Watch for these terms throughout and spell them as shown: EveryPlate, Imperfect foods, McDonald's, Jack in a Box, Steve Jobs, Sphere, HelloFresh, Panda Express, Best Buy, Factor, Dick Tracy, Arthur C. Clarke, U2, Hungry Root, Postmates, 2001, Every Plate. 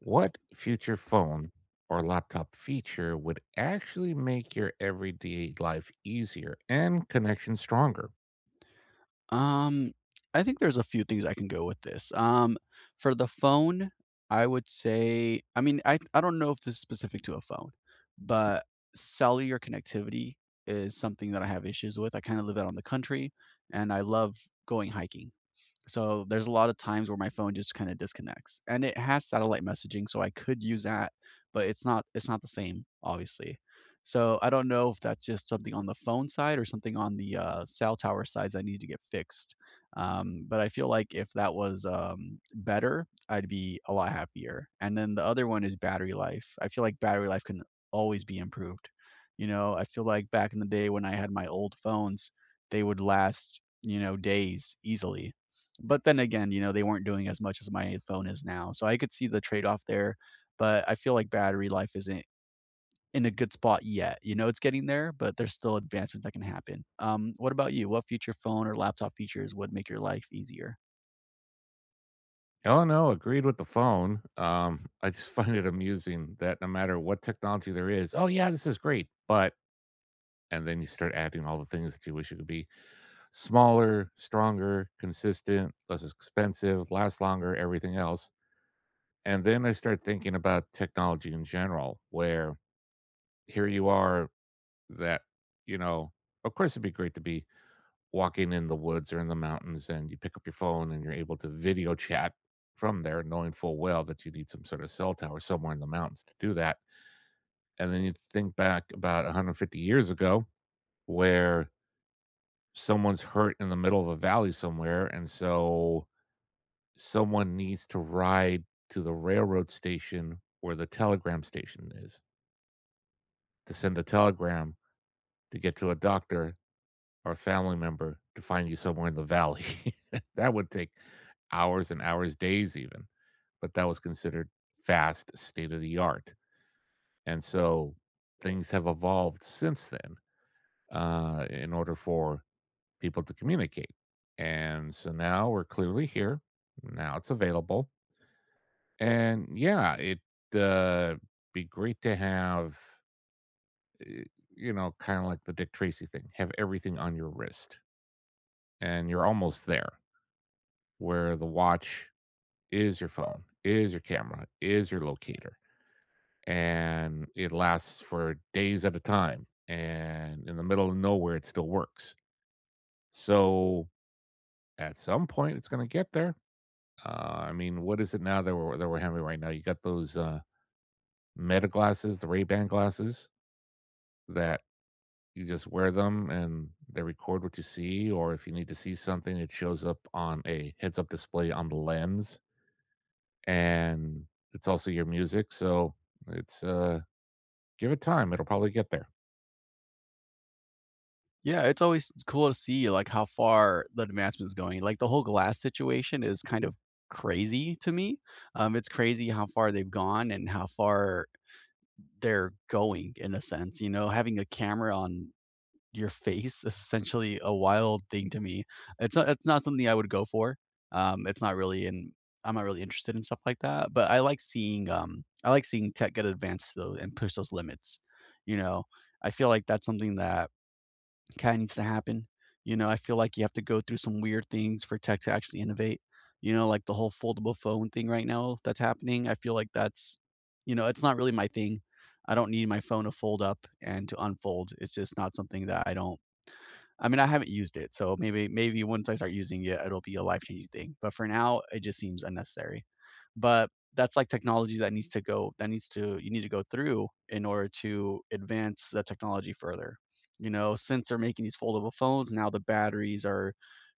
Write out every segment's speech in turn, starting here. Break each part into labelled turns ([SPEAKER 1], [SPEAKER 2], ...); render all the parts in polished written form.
[SPEAKER 1] What future phone or laptop feature would actually make your everyday life easier and connection stronger?
[SPEAKER 2] Um, I think there's a few things I can go with this. For the phone, I would say, I mean, I don't know if this is specific to a phone, but cellular connectivity is something that I have issues with. I kind of live out on the country and I love going hiking. So there's a lot of times where my phone just kinda disconnects, and it has satellite messaging, so I could use that, but it's not the same, obviously. So I don't know if that's just something on the phone side or something on the, cell tower sides I need to get fixed. But I feel like if that was, better, I'd be a lot happier. And then the other one is battery life. I feel like battery life can always be improved. You know, I feel like back in the day when I had my old phones, they would last, you know, days easily. But then again, you know, they weren't doing as much as my phone is now, so I could see the trade-off there, but I feel like battery life isn't in a good spot yet. You know, it's getting there, but there's still advancements that can happen. What about you? What future phone or laptop features would make your life easier?
[SPEAKER 1] Oh no, agreed with the phone. I just find it amusing that no matter what technology there is, oh yeah, this is great, but and then you start adding all the things that you wish it could be smaller, stronger, consistent, less expensive, last longer, everything else. And then I start thinking about technology in general, where here you are that, you know, of course, it'd be great to be walking in the woods or in the mountains and you pick up your phone and you're able to video chat from there, knowing full well that you need some sort of cell tower somewhere in the mountains to do that. And then you think back about 150 years ago where someone's hurt in the middle of a valley somewhere. And so someone needs to ride to the railroad station where the telegram station is to send a telegram to get to a doctor or a family member to find you somewhere in the valley. That would take hours and hours, days even, but that was considered fast, state of the art. And so things have evolved since then in order for people to communicate. And so now we're clearly here. Now it's available. And yeah, it'd uh, be great to have, eh, you know, kind of like the Dick Tracy thing, have everything on your wrist and you're almost there, where the watch is your phone, is your camera, is your locator, and it lasts for days at a time. And in the middle of nowhere, it still works. So at some point, it's going to get there. I mean, what is it now that we're having right now? You got those Meta glasses, the Ray Ban glasses that you just wear them and they record what you see, or if you need to see something, it shows up on a heads up display on the lens and it's also your music. So it's give it time. It'll probably get there.
[SPEAKER 2] Yeah, it's always cool to see like how far the advancement is going. Like the whole glass situation is kind of crazy to me. It's crazy how far they've gone and how far they're going in a sense. You know, having a camera on your face is essentially a wild thing to me. It's not something I would go for. It's not really in I'm not really interested in stuff like that, but I like seeing tech get advanced though and push those limits. You know, I feel like that's something that kind of needs to happen. You know, I feel like you have to go through some weird things for tech to actually innovate. You know, like the whole foldable phone thing right now that's happening. I feel like that's, you know, it's not really my thing. I don't need my phone to fold up and to unfold. It's just not something that I mean, I haven't used it, so maybe once I start using it, it'll be a life-changing thing, but for now, it just seems unnecessary. But that's, like, technology that needs to go that needs to you need to go through in order to advance the technology further. You know, since they're making these foldable phones, now the batteries are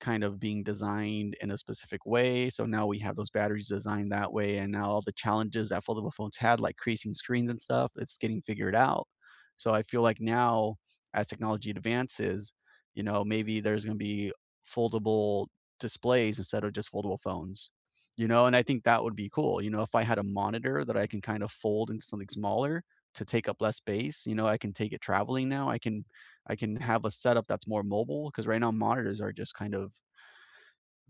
[SPEAKER 2] kind of being designed in a specific way, so now we have those batteries designed that way, and now all the challenges that foldable phones had, like creasing screens and stuff, it's getting figured out. So I feel like now, as technology advances, you know, maybe there's going to be foldable displays instead of just foldable phones, you know? And I think that would be cool. You know, if I had a monitor that I can kind of fold into something smaller to take up less space, you know, I can take it traveling now. I can have a setup that's more mobile because right now monitors are just kind of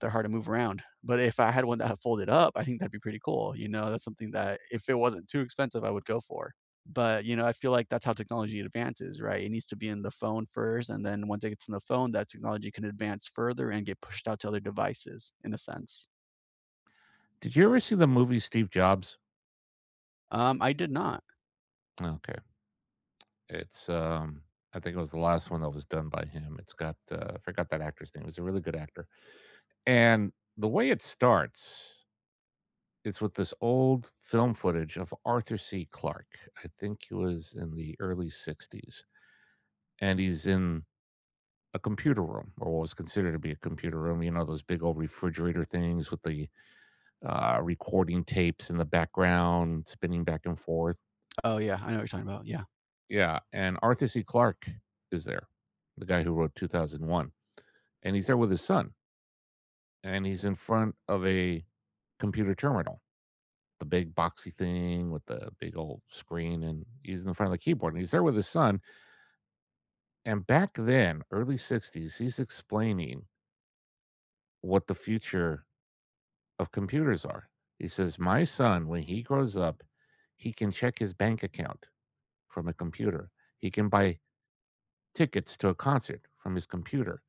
[SPEAKER 2] they're hard to move around. But if I had one that folded up, I think that'd be pretty cool. You know, that's something that if it wasn't too expensive, I would go for. But you know, I feel like that's how technology advances, right? It needs to be in the phone first, and then once it gets in the phone, that technology can advance further and get pushed out to other devices, in a sense.
[SPEAKER 1] Did you ever see the movie Steve Jobs?
[SPEAKER 2] I did not.
[SPEAKER 1] Okay. It's I think it was the last one that was done by him. It's got I forgot that actor's name. He's a really good actor. And the way it starts, it's with this old film footage of Arthur C. Clarke. I think he was in the early sixties and he's in a computer room or what was considered to be a computer room, you know, those big old refrigerator things with the recording tapes in the background, spinning back and forth.
[SPEAKER 2] Oh yeah, I know what you're talking about. Yeah,
[SPEAKER 1] Yeah. And Arthur C. Clarke is there, the guy who wrote 2001. And he's there with his son, and he's in front of a computer terminal, the big boxy thing with the big old screen. And he's in front of the keyboard, and he's there with his son. And back then, early sixties, he's explaining what the future of computers are. He says, my son, when he grows up, he can check his bank account from a computer. He can buy tickets to a concert from his computer.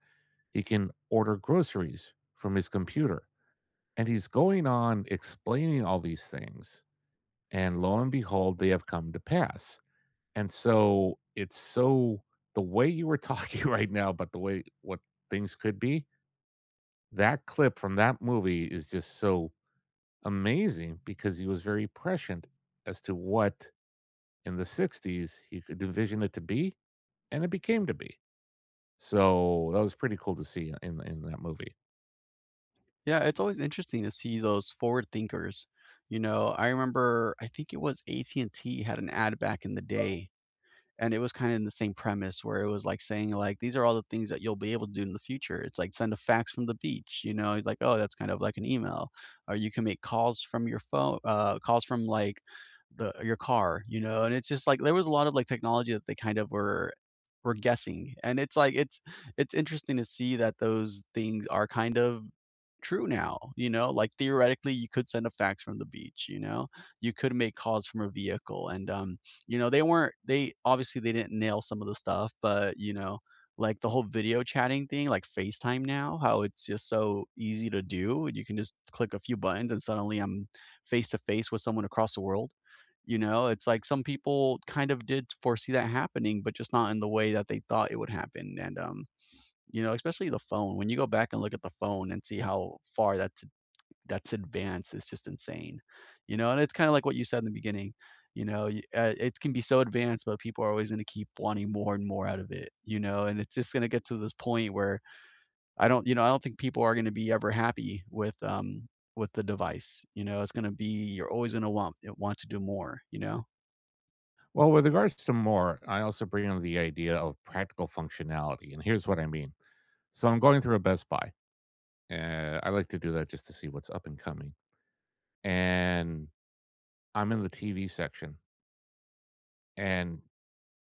[SPEAKER 1] He can order groceries from his computer. And he's going on explaining all these things. And lo and behold, they have come to pass. And so it's so the way you were talking right now about the way what things could be, that clip from that movie is just so amazing because he was very prescient as to what in the sixties he could envision it to be and it became to be. So that was pretty cool to see in that movie.
[SPEAKER 2] yeah. It's always interesting to see those forward thinkers. You know, I remember I think it was AT&T had an ad back in the day. And it was kinda in the same premise where it was, like, saying, like, "These are all the things that you'll be able to do in the future." It's like, "Send a fax from the beach," you know? He's like, "Oh, that's kind of like an email." Or, "You can make calls from your phone calls from, like, the your car," you know? And it's just, like, there was a lot of, like, technology that they kind of were guessing, and it's, like, it's interesting to see that those things are kind of true now, you know? Like, theoretically, you could send a fax from the beach, you know? You could make calls from a vehicle, and, you know, they obviously, they didn't nail some of the stuff, but, you know, like, the whole video chatting thing, like FaceTime now, how it's just so easy to do, you can just click a few buttons and suddenly I'm face to face with someone across the world. You know, it's like some people kind of did foresee that happening, but just not in the way that they thought it would happen, and, you know, especially the phone, when you go back and look at the phone and see how far that's advanced. It's just insane, you know? And it's kinda like what you said in the beginning, you know, y it can be so advanced, but people are always gonna keep wanting more and more out of it, you know? And it's just gonna get to this point where I don't you know, I don't think people are gonna be ever happy with the device, you know? It's gonna be you're always gonna want to do more, you know?
[SPEAKER 1] Well, with regards to more, I also bring in the idea of practical functionality, and here's what I mean. So I'm going through a Best Buy, and I like to do that just to see what's up and coming. And I'm in the TV section, and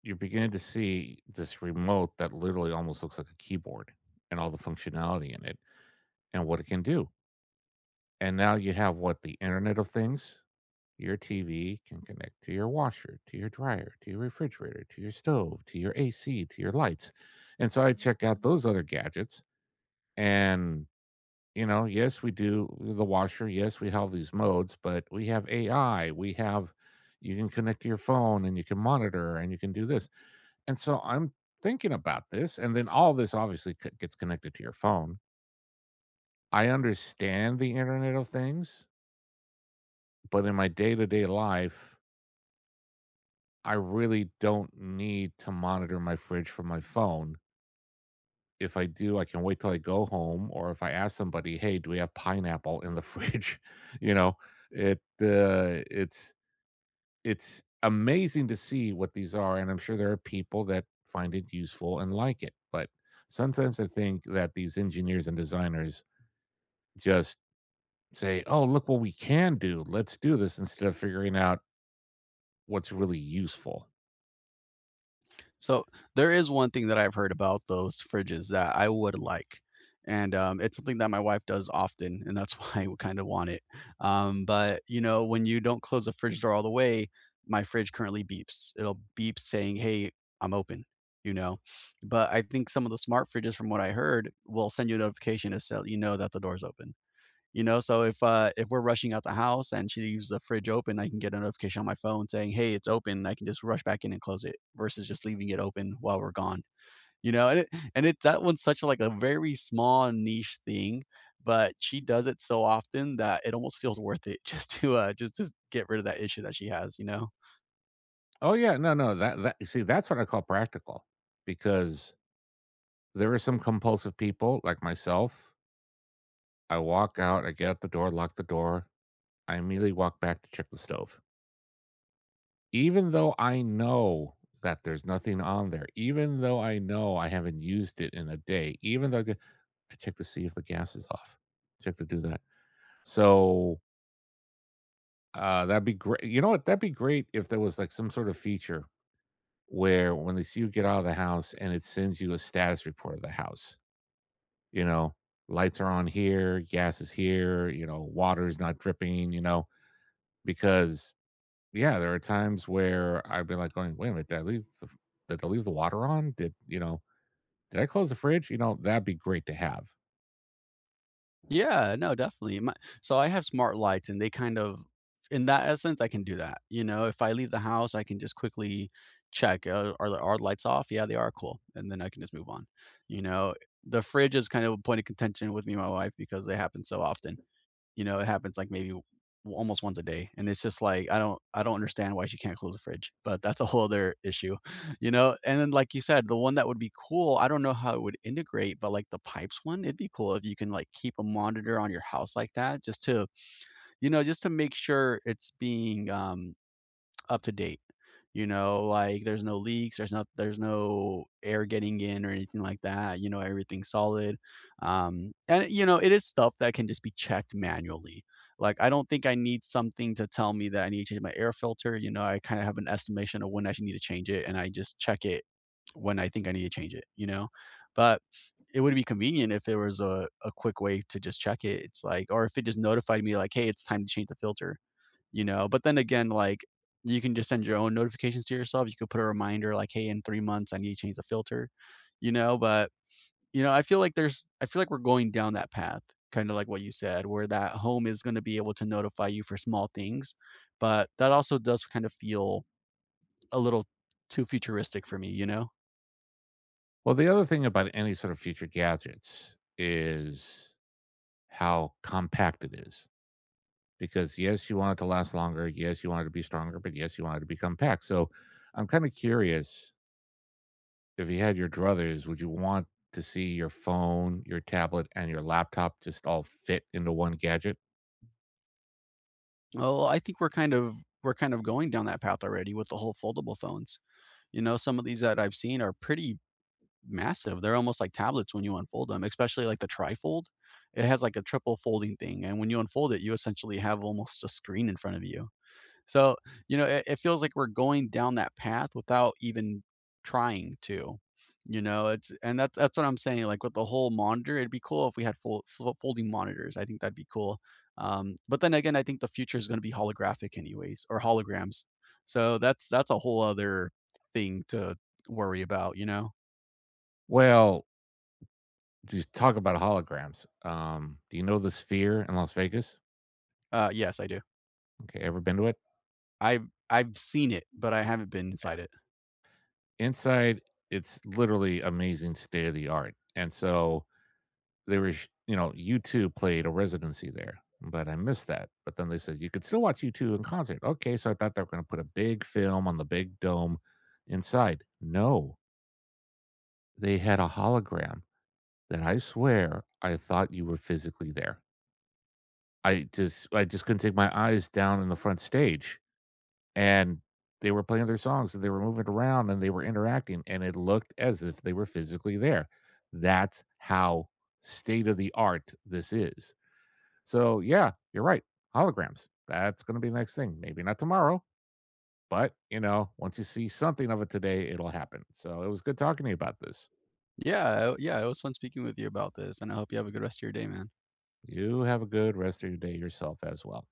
[SPEAKER 1] you're beginning to see this remote that literally almost looks like a keyboard, and all the functionality in it, and what it can do. And now you have what, the Internet of Things. Your TV can connect to your washer, to your dryer, to your refrigerator, to your stove, to your AC, to your lights. And so I check out those other gadgets. And, you know, yes, we do the washer. Yes, we have these modes, but we have AI. We have, you can connect to your phone and you can monitor and you can do this. And so I'm thinking about this. And then all this obviously gets connected to your phone. I understand the Internet of Things, but in my day to day life, I really don't need to monitor my fridge from my phone. If I do, I can wait till I go home, or if I ask somebody, "Hey, do we have pineapple in the fridge?" You know, it uh, it's it's amazing to see what these are, and I'm sure there are people that find it useful and like it. But sometimes I think that these engineers and designers just say, "Oh, look what we can do. Let's do this," instead of figuring out what's really useful.
[SPEAKER 2] So there is one thing that I've heard about those fridges that I would like, and, it's something that my wife does often, and that's why I kinda want it, but, you know, when you don't close the fridge door all the way, my fridge currently beeps. It'll beep saying, "Hey, I'm open," you know? But I think some of the smart fridges, from what I heard, will send you a notification to let you know that the door's open. You know, so if we're rushing out the house and she leaves the fridge open, I can get a notification on my phone saying, "Hey, it's open." I can just rush back in and close it versus just leaving it open while we're gone. You know, and it that one's such like a very small niche thing, but she does it so often that it almost feels worth it just to just get rid of that issue that she has, you know?
[SPEAKER 1] Oh yeah, no, no, that you see, that's what I call practical because there are some compulsive people like myself. I walk out, I get out the door, lock the door, I immediately walk back to check the stove. Even though I know that there's nothing on there, even though I know I haven't used it in a day, even though I check to see if the gas is off, check to do that. So that'd be great. You know what? That'd be great if there was like some sort of feature where when they see you get out of the house and it sends you a status report of the house, you know, lights are on here, gas is here, you know, water is not dripping, you know, because yeah, there are times where I've been like going, wait a minute, did I leave the water on? Did, you know, did I close the fridge? You know, that'd be great to have.
[SPEAKER 2] Yeah, no, definitely. My So I have smart lights and they kind of in that essence, I can do that. You know, if I leave the house, I can just quickly check, "Are the lights off? Yeah, they are, cool." And then I can just move on. You know, the fridge is kind of a point of contention with me and my wife because they happen so often. You know, it happens, like, maybe w almost once a day, and it's just like, I don't understand why she can't close the fridge, but that's a whole other issue, you know? And then, like you said, the one that would be cool, I don't know how it would integrate, but, like, the pipes one, it'd be cool if you can, like, keep a monitor on your house like that just to you know, just to make sure it's being, up to date. You know, like there's no leaks, there's no air getting in or anything like that. You know, everything's solid. And you know, it is stuff that can just be checked manually. Like I don't think I need something to tell me that I need to change my air filter. You know, I kind of have an estimation of when I should need to change it, and I just check it when I think I need to change it. You know, but it would be convenient if there was a quick way to just check it. It's like, or if it just notified me like, hey, it's time to change the filter, you know, but then again, like, you can just send your own notifications to yourself, you could put a reminder like, hey, in 3 months I need to change the filter, you know, but you know, I feel like we're going down that path kind of like what you said where that home is going to be able to notify you for small things, but that also does kind of feel a little too futuristic for me, you know?
[SPEAKER 1] Well, the other thing about any sort of future gadgets is how compact it is. Because yes, you want it to last longer, yes, you want it to be stronger, but yes, you want it to be compact. So I'm kind of curious if you had your druthers, would you want to see your phone, your tablet, and your laptop just all fit into one gadget?
[SPEAKER 2] Oh, I think we're kind of going down that path already with the whole foldable phones, you know, some of these that I've seen are pretty massive. They're almost like tablets when you unfold them, especially like the trifold. It has like a triple folding thing. And when you unfold it, you essentially have almost a screen in front of you. So, you know, it feels like we're going down that path without even trying to. You know, it's and that's what I'm saying. Like with the whole monitor, it'd be cool if we had full, folding monitors. I think that'd be cool. But then again, I think the future is going to be holographic, anyways, or holograms. So that's a whole other thing to worry about. You know.
[SPEAKER 1] Well, just talk about holograms. Do you know the Sphere in Las Vegas?
[SPEAKER 2] Yes, I do.
[SPEAKER 1] Okay, ever been to it?
[SPEAKER 2] I've seen it, but I haven't been inside it.
[SPEAKER 1] Inside, it's literally amazing state of the art. And so there was, you know, U2 played a residency there, but I missed that. But then they said you could still watch U2 in concert. Okay, so I thought they were going to put a big film on the big dome inside. No, they had a hologram that I swear I thought you were physically there. I just couldn't take my eyes down in the front stage, and they were playing their songs, and they were moving around, and they were interacting, and it looked as if they were physically there. That's how state of the art this is. So, yeah, you're right, holograms. That's gonna be the next thing. Maybe not tomorrow, but, you know, once you see something of it today, it'll happen. So, it was good talking to you about this.
[SPEAKER 2] Yeah, yeah, it was fun speaking with you about this, and I hope you have a good rest of your day, man.
[SPEAKER 1] You have a good rest of your day yourself as well.